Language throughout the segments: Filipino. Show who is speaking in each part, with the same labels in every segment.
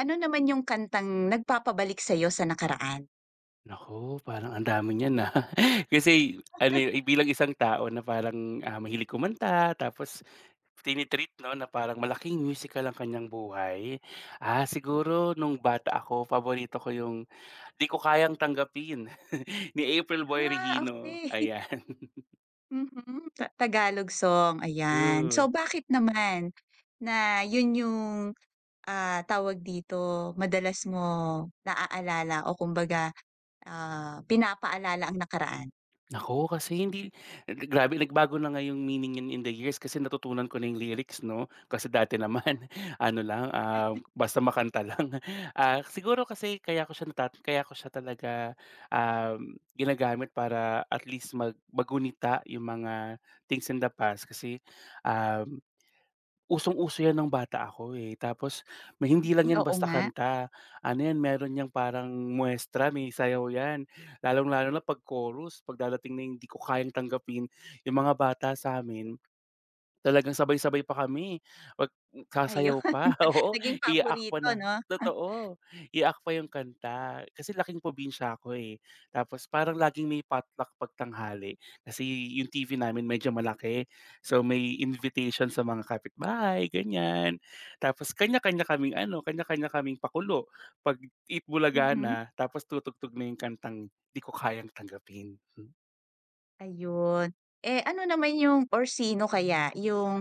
Speaker 1: Ano naman yung kantang nagpapabalik sa'yo sa nakaraan?
Speaker 2: Naku, parang ang dami niyan, ah. Kasi ano, eh, bilang isang tao na parang, mahilig kumanta tapos tini 'no, na parang malaking musical ang kanyang buhay. Siguro nung bata ako paborito ko yung "Di Ko Kayang Tanggapin" ni April Boy
Speaker 1: Ah,
Speaker 2: Regino,
Speaker 1: okey.
Speaker 2: ayan.
Speaker 1: Mhm, Tagalog song, ayan.
Speaker 2: True.
Speaker 1: So, bakit naman na yun yung, tawag dito, madalas mo naaalala o kumbaga, pinapaalala ang nakaraan?
Speaker 2: Nako kasi hindi grabe nagbago na nga yung meaning niyan in the years kasi natutunan ko na yung lyrics 'no. Kasi dati naman ano lang, ah, basta makanta lang. Siguro kasi kaya ko siya talaga, ginagamit para at least magunita yung mga things in the past kasi, um Usong-uso 'yan nung bata ako, eh, tapos may hindi lang 'yan
Speaker 1: Oo
Speaker 2: basta
Speaker 1: nga,
Speaker 2: kanta. Ano 'yan, meron niyang parang muestra, may sayaw 'yan. Lalong-lalo na 'pag chorus, 'pag darating na yung 'di ko kayang tanggapin, yung mga bata sa sa'min talagang sabay-sabay pa kami, pag
Speaker 1: ayun.
Speaker 2: sasayaw pa, oo,
Speaker 1: Naging
Speaker 2: iiyak pa
Speaker 1: paborito
Speaker 2: na
Speaker 1: 'no? Ah,
Speaker 2: totoo, iiyak pa yung kanta. Kasi laking probinsya ako, eh, tapos parang laging may potluck 'pag kasi yung TV namin medyo malaki. So, may invitation sa mga kapitbahay, ganyan. Tapos kanya-kanya kaming ano, kanya-kanya kaming pakulo 'pag eat bulaga
Speaker 1: mhm,
Speaker 2: na tapos tutugtog na yung kantang 'di ko kayang tanggapin.
Speaker 1: ayun. Eh, ano naman yung or sino kaya yung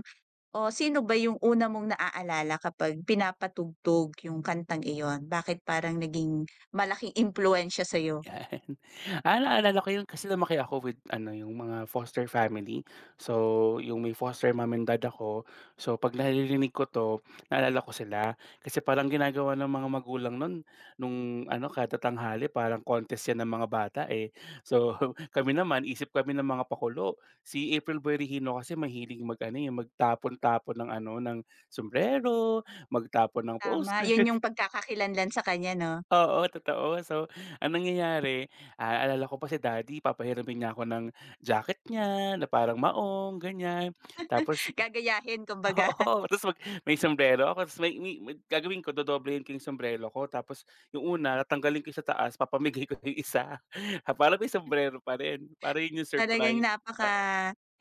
Speaker 1: o sino ba yung una mong naaalala kapag pinapatugtog yung kantang iyon? Bakit parang naging malaking impluwensya sa'yo?
Speaker 2: Yan. Ah, naalala ko yun kasi lumaki ako with ano, yung mga foster family. So, yung may foster mom and dad ako. So, 'pag naririnig ko 'to, naalala ko sila. Kasi parang ginagawa ng mga magulang nun, nung ano, kada tanghali parang contest yan ng mga bata, eh. So, kami naman, isip kami ng mga pakulo. Si April Boy Regino kasi mahilig mag ano, eh, magtapon-tapon ng sombrero, magtapon ng
Speaker 1: Tama,
Speaker 2: poster.
Speaker 1: yun yung pagkakakilanlan sa kanya 'no.
Speaker 2: Oo, totoo. So, ang nangyayari, ah, naalala ko pa si daddy papahiramin niya ako ng jacket niya na parang maong, ganyan. Tapos
Speaker 1: Gagayahin kumbaga.
Speaker 2: oo, tapos mag may sombrero ako tapos may gagawin ko dodoblehin ko yung sombrero ko tapos yung una tatanggalin ko yung sa taas papamigay ko yung isa. Ah, para may sombrero pa rin, para yun yung
Speaker 1: Talagang
Speaker 2: surprise.
Speaker 1: napaka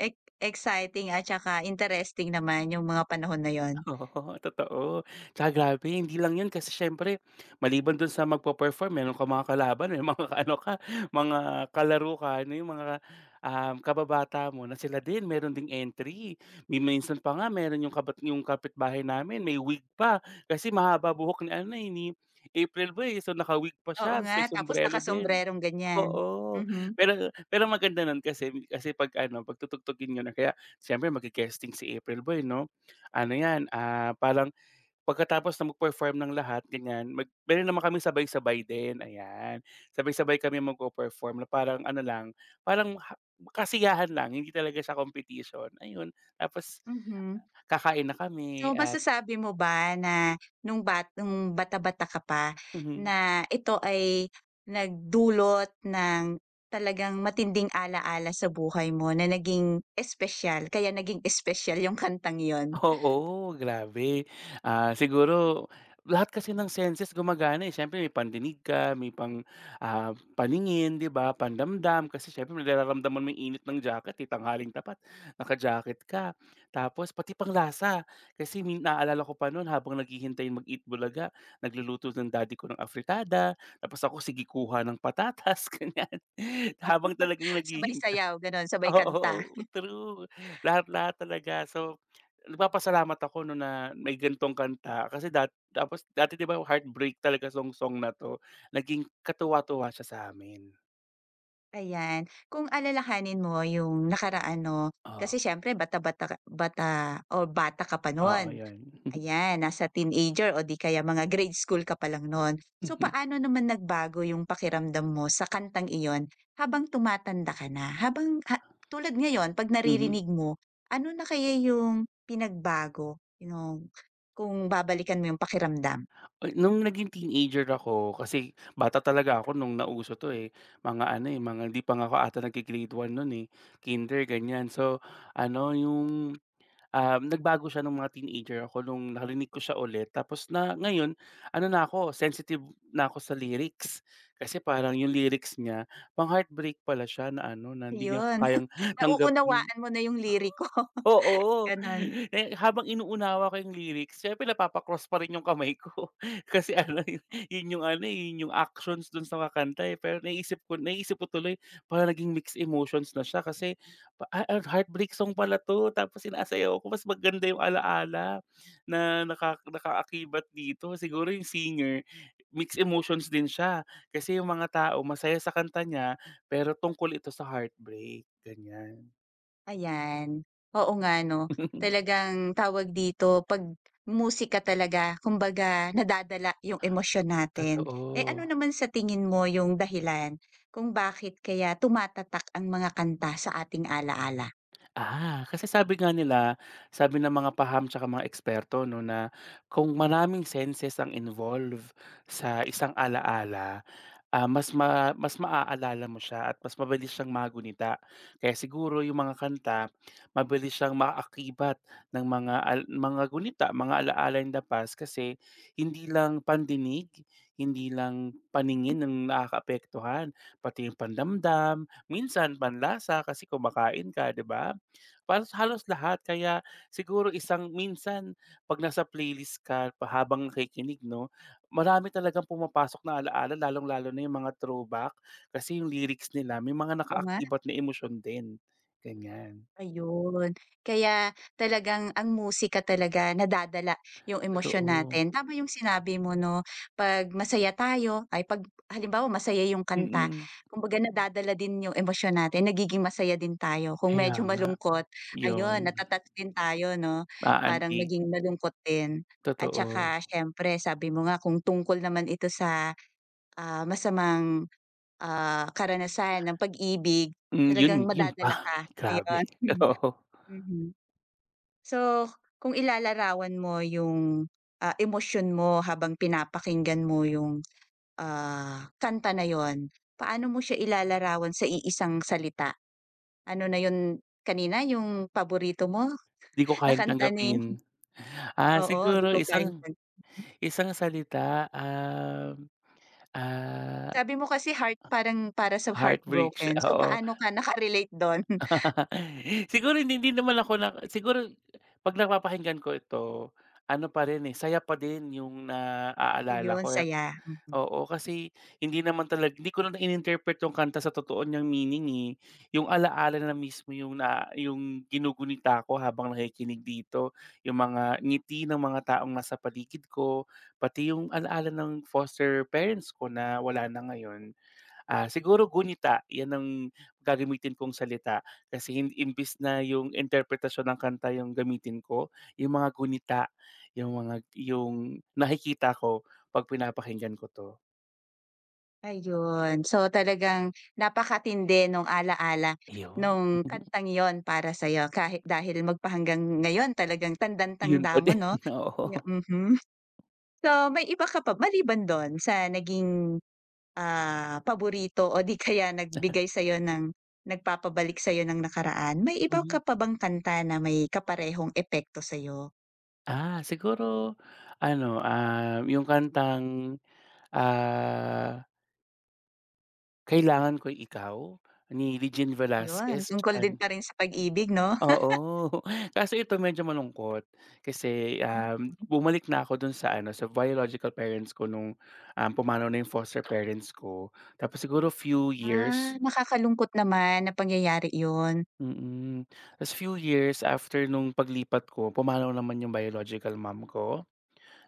Speaker 1: ec exciting at saka interesting naman yung mga panahon na yun.
Speaker 2: Oo, totoo. Tsaka grabe hindi lang 'yun kasi siyempre maliban dun sa magpe-perform meron kang mga kalaban, may mga ano ka, mga kalaro ka ano yung mga, kababata mo na sila din meron ding entry. May minsan pa nga meron yung kabat yung kapitbahay namin may wig pa kasi mahaba buhok ni ano, eh, ni April Boy, eh, so naka-wig pa
Speaker 1: Oo
Speaker 2: siya ta's
Speaker 1: nga,
Speaker 2: may
Speaker 1: tapos
Speaker 2: sombrero din.
Speaker 1: nakasombrerong ganyan.
Speaker 2: Oo,
Speaker 1: Mhm,
Speaker 2: pero pero maganda nun kasi kasi 'pag ano, pagtutugtugin niyo na kaya siyempre magge-guesting si April Boy 'no. Ano 'yan, ah, parang pagkatapos na mag-perform ng lahat ganyan, mag meron naman kaming sabay-sabay din, ayan. Sabay-sabay kami magpe-perform na parang ano lang, parang ha kasiyahan lang, hindi talaga siya competition, ayun. Tapos
Speaker 1: mhm.
Speaker 2: kakain na kami
Speaker 1: So,
Speaker 2: at
Speaker 1: masasabi mo ba na nung bata-bata ka pa na ito ay nagdulot ng talagang matinding ala-ala sa buhay mo na naging espesyal, kaya naging espesyal yung kantang yon?
Speaker 2: oo, grabe. Ah, siguro lahat kasi ng senses gumagana, eh. Siyempre may pandinig ka, may pang, ah, paningin, 'di ba, pandamdam kasi siyempre nararamdaman mo 'yung init ng jacket, eh, tanghaling tapat naka-jacket ka. Tapos pati panglasa, kasi min naalala ko pa no'n habang naghihintay mag-eat bulaga, nagluluto ng daddy ko ng afritada, tapos ako sigikuha ng patatas, ganyan. Habang talagang
Speaker 1: Sabay
Speaker 2: naghihin
Speaker 1: sayaw, gano'n, sabay kanta,
Speaker 2: oo, true. Lahat-lahat talaga. So, nagpapasalamat ako 'no na may ganitong kanta kasi dat tapos dati 'di ba heartbreak talaga song song na 'to, naging katuwa-tuwa siya sa'min.
Speaker 1: ayan. Kung alalahanin mo yung nakaraan 'no,
Speaker 2: Oh, oo.
Speaker 1: kasi siyempre bata-bata ka, bata o bata ka pa
Speaker 2: Oo,
Speaker 1: nun.
Speaker 2: 'yun.
Speaker 1: Ayan, nasa teenager o di kaya mga grade school ka pa lang no'n. So,
Speaker 2: Mhm,
Speaker 1: paano naman nagbago yung pakiramdam mo sa kantang iyon habang tumatanda ka na? Habang tulad ngayon 'pag
Speaker 2: mhm.
Speaker 1: naririnig mo, ano na kaya yung pinagbago, kung babalikan mo yung pakiramdam?
Speaker 2: Ay nung naging teenager ako kasi bata talaga ako nung nauso 'to, eh, mga ano, eh, mga hindi pa nga ako ata nagge-grade 1 nun, eh, kinder ganiyan. So ano, yung nagbago siya nung mga teenager ako nung narinig ko siya ulit tapos na ngayon ano na ako, sensitive na ako sa lyrics. Kasi parang yung lyrics niya pang-heartbreak pala siya na ano, na hindi niya
Speaker 1: Ayun,
Speaker 2: kayang tanggapin.
Speaker 1: nauunawaan mo na yung liriko,
Speaker 2: Oo,
Speaker 1: gano'n.
Speaker 2: eh, habang inuunawa ko yung lyrics siyempre napapa-cross pa rin yung kamay ko kasi ano yun yun yung ano, eh, yun yung actions dun sa kakanta, eh, pero naisip ko tuloy parang naging mixed emotions na siya kasi pa ah, ah, heartbreak song pala 'to tapos sinasayaw ko mas maganda yung ala-ala na naka nakaakibat dito siguro yung singer mixed emotions din siya kasi yung mga tao masaya sa kanta niya pero tungkol ito sa heartbreak, ganyan.
Speaker 1: Ayan, oo nga 'no. Talagang tawag dito, 'pag musika talaga kumbaga nadadala yung emosyon natin. Eh, ano
Speaker 2: Totoo.
Speaker 1: naman sa tingin mo yung dahilan kung bakit kaya tumatatak ang mga kanta sa ating ala-ala?
Speaker 2: Ah, kasi sabi nga nila, sabi ng mga paham tsaka mga eksperto 'no, na kung maraming senses ang involve sa isang alaala, ah, mas ma mas maaalala mo siya at mas mabilis siyang magunita. Kaya siguro yung mga kanta, mabilis siyang maakibat ng mga al mga gunita, mga alaala in the past kasi hindi lang pandinig, hindi lang
Speaker 1: Mhm,
Speaker 2: paningin ng nakakaapektuhan, pati yung pandamdam, minsan panlasa kasi kumakain ka, 'di ba? Halos halos lahat kaya siguro isang minsan 'pag nasa playlist ka pa habang nakikinig 'no marami talagang pumapasok na ala-ala lalong-lalo na yung mga throwback kasi yung lyrics nila may mga
Speaker 1: oo nga.
Speaker 2: nakaakibat na emosyon din, ganyan.
Speaker 1: Ayun, kaya talagang ang musika talaga nadadala yung emosyon
Speaker 2: Totoo,
Speaker 1: natin. Tama yung sinabi mo 'no, 'pag masaya tayo ay 'pag halimbawa masaya yung kanta,
Speaker 2: mm.
Speaker 1: kumbaga nadadala din yung emosyon natin, nagiging masaya din tayo. Kung
Speaker 2: Kaya
Speaker 1: medyo
Speaker 2: nga,
Speaker 1: malungkot,
Speaker 2: yun,
Speaker 1: ayun, nata-touch din tayo 'no,
Speaker 2: a
Speaker 1: parang naging malungkot din. At
Speaker 2: totoo.
Speaker 1: saka siyempre sabi mo nga kung tungkol naman ito sa, masamang, karanasan ng pag-ibig,
Speaker 2: Hmm, yun
Speaker 1: talagang
Speaker 2: yun pa,
Speaker 1: madadala ka,
Speaker 2: grabe,
Speaker 1: ayun.
Speaker 2: oo,
Speaker 1: Mhm. So, kung ilalarawan mo yung, emosyon mo habang pinapakinggan mo yung, kanta na yon, paano mo siya ilalarawan sa iisang salita? Ano na yun kanina, yung paborito mo
Speaker 2: di ko
Speaker 1: na
Speaker 2: kayang
Speaker 1: kanta ni?
Speaker 2: tanggapin. Ah,
Speaker 1: Oo, di
Speaker 2: siguro
Speaker 1: ko kayang
Speaker 2: isang
Speaker 1: kan
Speaker 2: isang salita, ah,
Speaker 1: sabi mo kasi heart parang para sa
Speaker 2: heartbreak siya,
Speaker 1: heartbroken, so
Speaker 2: oo.
Speaker 1: paano ka naka-relate dun?
Speaker 2: Siguro hindi hindi naman ako na siguro 'pag napapakinggan ko ito, ano pa rin, eh, saya pa din yung naaalala
Speaker 1: Ayun,
Speaker 2: ko, eh.
Speaker 1: saya, mm.
Speaker 2: Oo, kasi hindi naman talag hindi ko na in-interpret yung kanta sa totoo niyang meaning, eh. Yung alaala na mismo yung na yung ginugunita ko habang nakikinig dito, yung mga ngiti ng mga taong nasa paligid ko, pati yung alaala ng foster parents ko na wala na ngayon. Ah, siguro gunita, 'yan ang gagamitin kong salita kasi hindi imbes na yung interpretasyon ng kanta yung gamitin ko, yung mga gunita, yung mga yung nakikita ko 'pag pinapakinggan ko 'to,
Speaker 1: Ayun. So, talagang napakatindi nung ala-ala
Speaker 2: iyon.
Speaker 1: nung kantang yon para sa sa'yo kahit dahil magpahanggang ngayon talagang
Speaker 2: Yun pa
Speaker 1: tandang-tanda mo
Speaker 2: din,
Speaker 1: 'no?
Speaker 2: oo.
Speaker 1: Ya, mhm. So, may iba ka pa maliban dun sa naging, paborito o di kaya nagbigay sa sa'yo ng nagpapabalik sa'yo ng nakaraan, may iba
Speaker 2: Mhm.
Speaker 1: ka pa bang kanta na may kaparehong epekto sa sa'yo?
Speaker 2: Ah, siguro ano, yung kantang, ah, Kailangan ko Ikaw ni Regine
Speaker 1: Yun,
Speaker 2: Velasquez.
Speaker 1: tungkol din pa rin sa pag-ibig 'no?
Speaker 2: Oo, kasi ito medyo malungkot kasi,
Speaker 1: Hmm.
Speaker 2: bumalik na ako dun sa ano, sa biological parents ko nung, pumanaw na yung foster parents ko. Tapos siguro few
Speaker 1: Ah,
Speaker 2: years
Speaker 1: nakakalungkot naman na pangyayari yun.
Speaker 2: mm. Ta's few years after nung paglipat ko, pumanaw naman yung biological mom ko,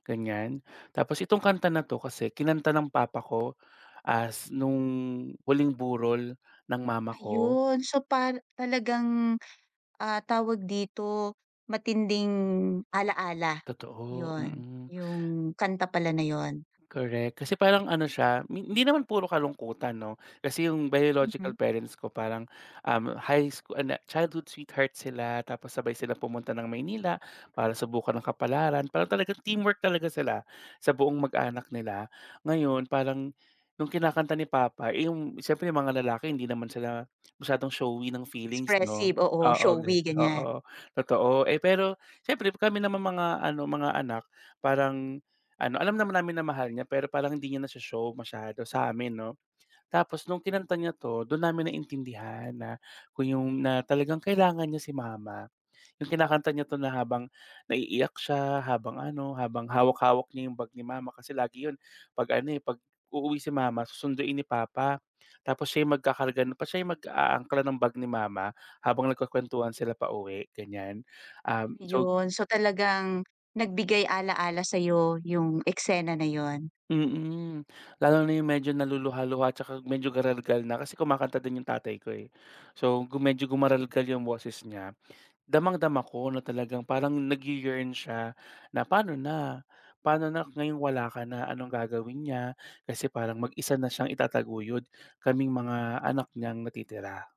Speaker 2: ganyan. Tapos itong kanta na 'to kasi kinanta ng papa ko as nung huling burol ng mama ko,
Speaker 1: Ayun, so talagang, tawag dito, matinding ala-ala,
Speaker 2: totoo,
Speaker 1: 'yun,
Speaker 2: mm.
Speaker 1: yung kanta pala na 'yun.
Speaker 2: Correct. Kasi parang ano siya, mi hindi naman puro kalungkutan 'no, kasi yung biological
Speaker 1: Mhm,
Speaker 2: parents ko parang, high school ano, childhood sweetheart sila tapos sabay silang pumunta ng Maynila para subukan ng kapalaran. Parang talagang teamwork talaga sila sa buong mag-anak nila. Ngayon parang nung kinakanta ni papa, eh, yung siyempre yung mga lalaki hindi naman sila masyadong showy ng feelings 'no.
Speaker 1: expressive, oo,
Speaker 2: Oo, ge
Speaker 1: showy, ganiyan.
Speaker 2: oo, totoo. Eh, pero siyempre kami naman mga ano, mga anak parang ano, alam naman namin na mahal niya pero parang hindi niya nasho-show masyado sa amin 'no. Tapos nung kinanta niya 'to, dun namin naintindihan na kung yung na talagang kailangan niya si mama. Yung kinakanta niya 'to na habang naiiyak siya, habang ano, habang hawak-hawak niya yung bag ni mama kasi lagi yun 'pag ano, eh, 'pag uuwi si mama susunduin ni papa. Tapos siya yung magkakarga nun, siya yung mag-aangkla ng bag ni mama habang nagkukuwentuhan sila pauwi, ganyan. So
Speaker 1: Ayun, so talagang nagbigay ala-ala sa'yo yung eksena na 'yun,
Speaker 2: mm, lalo na yung medyo naluluha-luha tsaka medyo garalgal na kasi kumakanta din yung tatay ko, eh. So, gu medyo gumaralgal yung boses niya, damang-dama ko na talagang parang nag-ye-yearn siya na paano na, paano na ngayong wala ka na, anong gagawin niya? Kasi parang mag-isa na siyang itataguyod, kaming mga anak niyang natitira.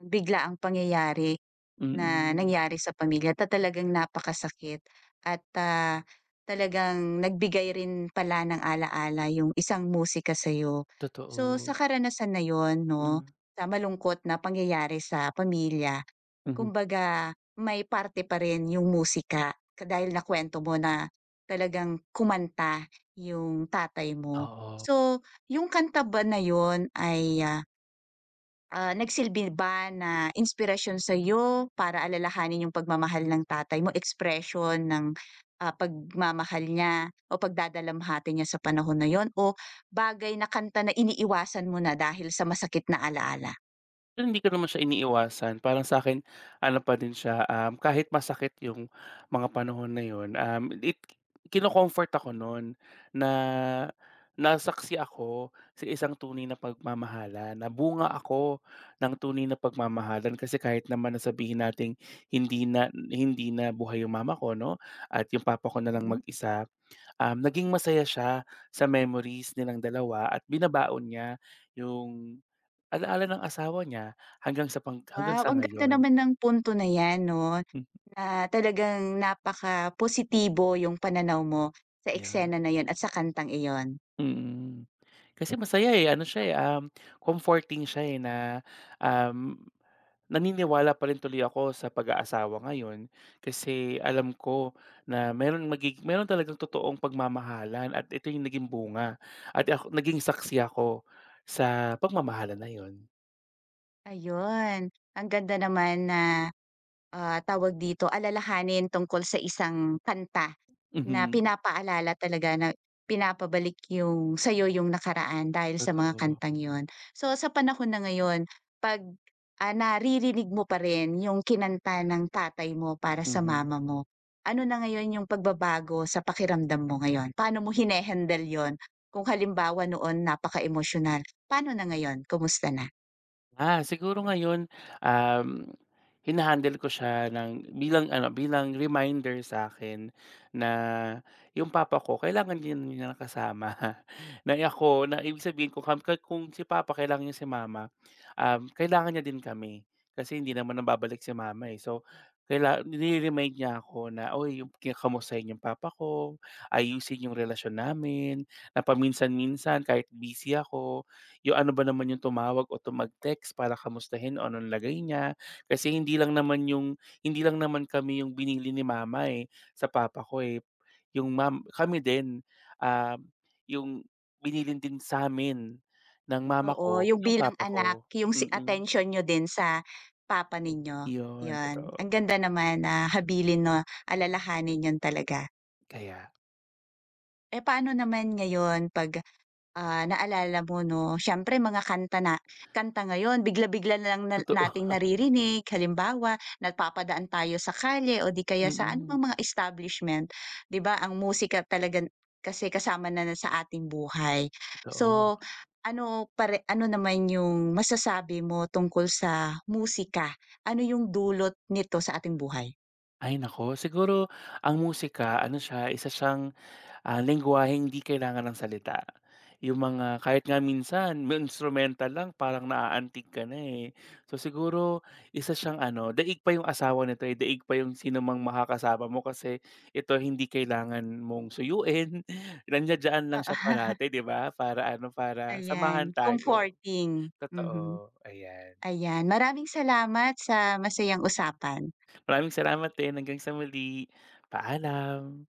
Speaker 1: biglaang pangyayari. Na
Speaker 2: Mm,
Speaker 1: nangyari sa pamilya, ta talagang napakasakit at, talagang nagbigay rin pala ng ala-ala yung isang musika sa'yo. So, sa
Speaker 2: totoo.
Speaker 1: karanasan na yun
Speaker 2: Hmm,
Speaker 1: 'no, sa malungkot na pangyayari sa pamilya,
Speaker 2: mhm.
Speaker 1: kumbaga may parte pa rin yung musika ka dahil nakuwento mo na talagang kumanta yung tatay mo.
Speaker 2: Oo.
Speaker 1: So, yung kanta ba na yon ay, ah, Ah, nagsilbi ba na inspirasyon sa'yo para alalahanin yung pagmamahal ng tatay mo, expression ng, pagmamahal niya o pagdadalamhati niya sa panahon na yon o bagay na kanta na iniiwasan mo na dahil sa masakit na alaala?
Speaker 2: Pero hindi ko naman siya iniiwasan parang sa akin ano pa din siya, kahit masakit yung mga panahon na yun, it kino-comfort ako nun na nasaksi ako sa isang tunay na pagmamahala, na bunga ako ng tunay na pagmamahalan kasi kahit naman na sabihin nating hindi na buhay yung mama ko 'no, at yung papa ko na lang
Speaker 1: Mhm.
Speaker 2: mag-isa, naging masaya siya sa memories nilang dalawa at binabaon niya yung alaala ng asawa niya hanggang sa pang hanggang
Speaker 1: Wow,
Speaker 2: sa
Speaker 1: ang ganda
Speaker 2: ngayon.
Speaker 1: naman ng punto na 'yan 'no,
Speaker 2: Hmm,
Speaker 1: na talagang napakapositibo yung pananaw mo sa
Speaker 2: yeah,
Speaker 1: eksena na yon at sa kantang iyon.
Speaker 2: mm. Kasi masaya, eh, ano siya,
Speaker 1: So
Speaker 2: eh, comforting siya, eh, na, um, naniniwala pa rin tuloy ako sa pag-aasawa ngayon kasi alam ko na meron magig meron talagang totoong pagmamahalan at ito yung naging bunga at ako naging saksi ako sa pagmamahalan na yun.
Speaker 1: ayun, ang ganda naman na Ah, tawag dito, alalahanin tungkol sa isang kanta na
Speaker 2: Mhm,
Speaker 1: pinapaalala talaga, na pinapabalik yung sa'yo yung nakaraan dahil sa mga
Speaker 2: totoo,
Speaker 1: kantang yon. So, sa panahon na ngayon 'pag, naririnig mo pa rin yung kinanta ng tatay mo para sa
Speaker 2: mhm.
Speaker 1: mama mo, ano na ngayon yung pagbabago sa pakiramdam mo ngayon? Paano mo hinehandle yon? Kung halimbawa noon napakaemosyonal, paano na ngayon, kumusta na?
Speaker 2: Ah, siguro ngayon, um, hina ko siya ng bilang ano, bilang reminder sa akin na yung papa ko kailangan din niya ng kasama. Na ako na ibig sabihin ko kung si papa kailangan niya si mama, kailangan niya din kami. Kasi hindi naman nababalik si mama, eh. So, kaila nire-remind niya ako na, "Uy, yung ki kamustahin yung papa ko, ayusin yung relasyon namin, na paminsan-minsan kahit busy ako, yung ano ba naman yung tumawag o tu mag-text para kamustahin o anong lagay niya. Kasi hindi lang naman kami yung binili ni mama, eh, sa papa ko, eh. Yung mam kami din, ah, yung binilin din sa sa'min ng mama
Speaker 1: Oo,
Speaker 2: ko,
Speaker 1: yung
Speaker 2: yung
Speaker 1: bilang
Speaker 2: papa
Speaker 1: anak,
Speaker 2: ko.
Speaker 1: yung
Speaker 2: Mm,
Speaker 1: attention niyo din sa papa ninyo,
Speaker 2: yun
Speaker 1: yun. Ang
Speaker 2: totoo.
Speaker 1: ganda naman na habilin 'no, alalahanin yun talaga.
Speaker 2: Kaya
Speaker 1: Eh, paano naman ngayon 'pag Ah, naalala mo 'no, siyempre mga kanta ngayon bigla-bigla na lang na
Speaker 2: totoo.
Speaker 1: nating naririnig. Halimbawa, napapadaan tayo sa kalye o 'di kaya sa
Speaker 2: Mm,
Speaker 1: anumang mga establishment, 'di ba ang musika talaga kasi kasama na na sa ating buhay.
Speaker 2: totoo.
Speaker 1: So, ano naman yung masasabi mo tungkol sa musika? Ano yung dulot nito sa ating buhay?
Speaker 2: Ay nako siguro ang musika ano siya, isa siyang ah, lengguwahe hindi kailangan ng salita. Yung mga kahit nga minsan may instrumental lang parang naaantig ka na, eh. So, siguro isa siyang ano, daig pa yung asawa nito, eh, daig pa yung sino mang makakasama mo kasi ito hindi kailangan mong suyuin, nandiya-diyan lang
Speaker 1: Oo,
Speaker 2: siya parate 'di ba? Para ano, para samahan
Speaker 1: ayan,
Speaker 2: tayo.
Speaker 1: comforting. Mhm,
Speaker 2: Totoo, ayan.
Speaker 1: ayan. Maraming salamat sa masayang usapan.
Speaker 2: Maraming salamat din. Hanggang sa muli, paalam.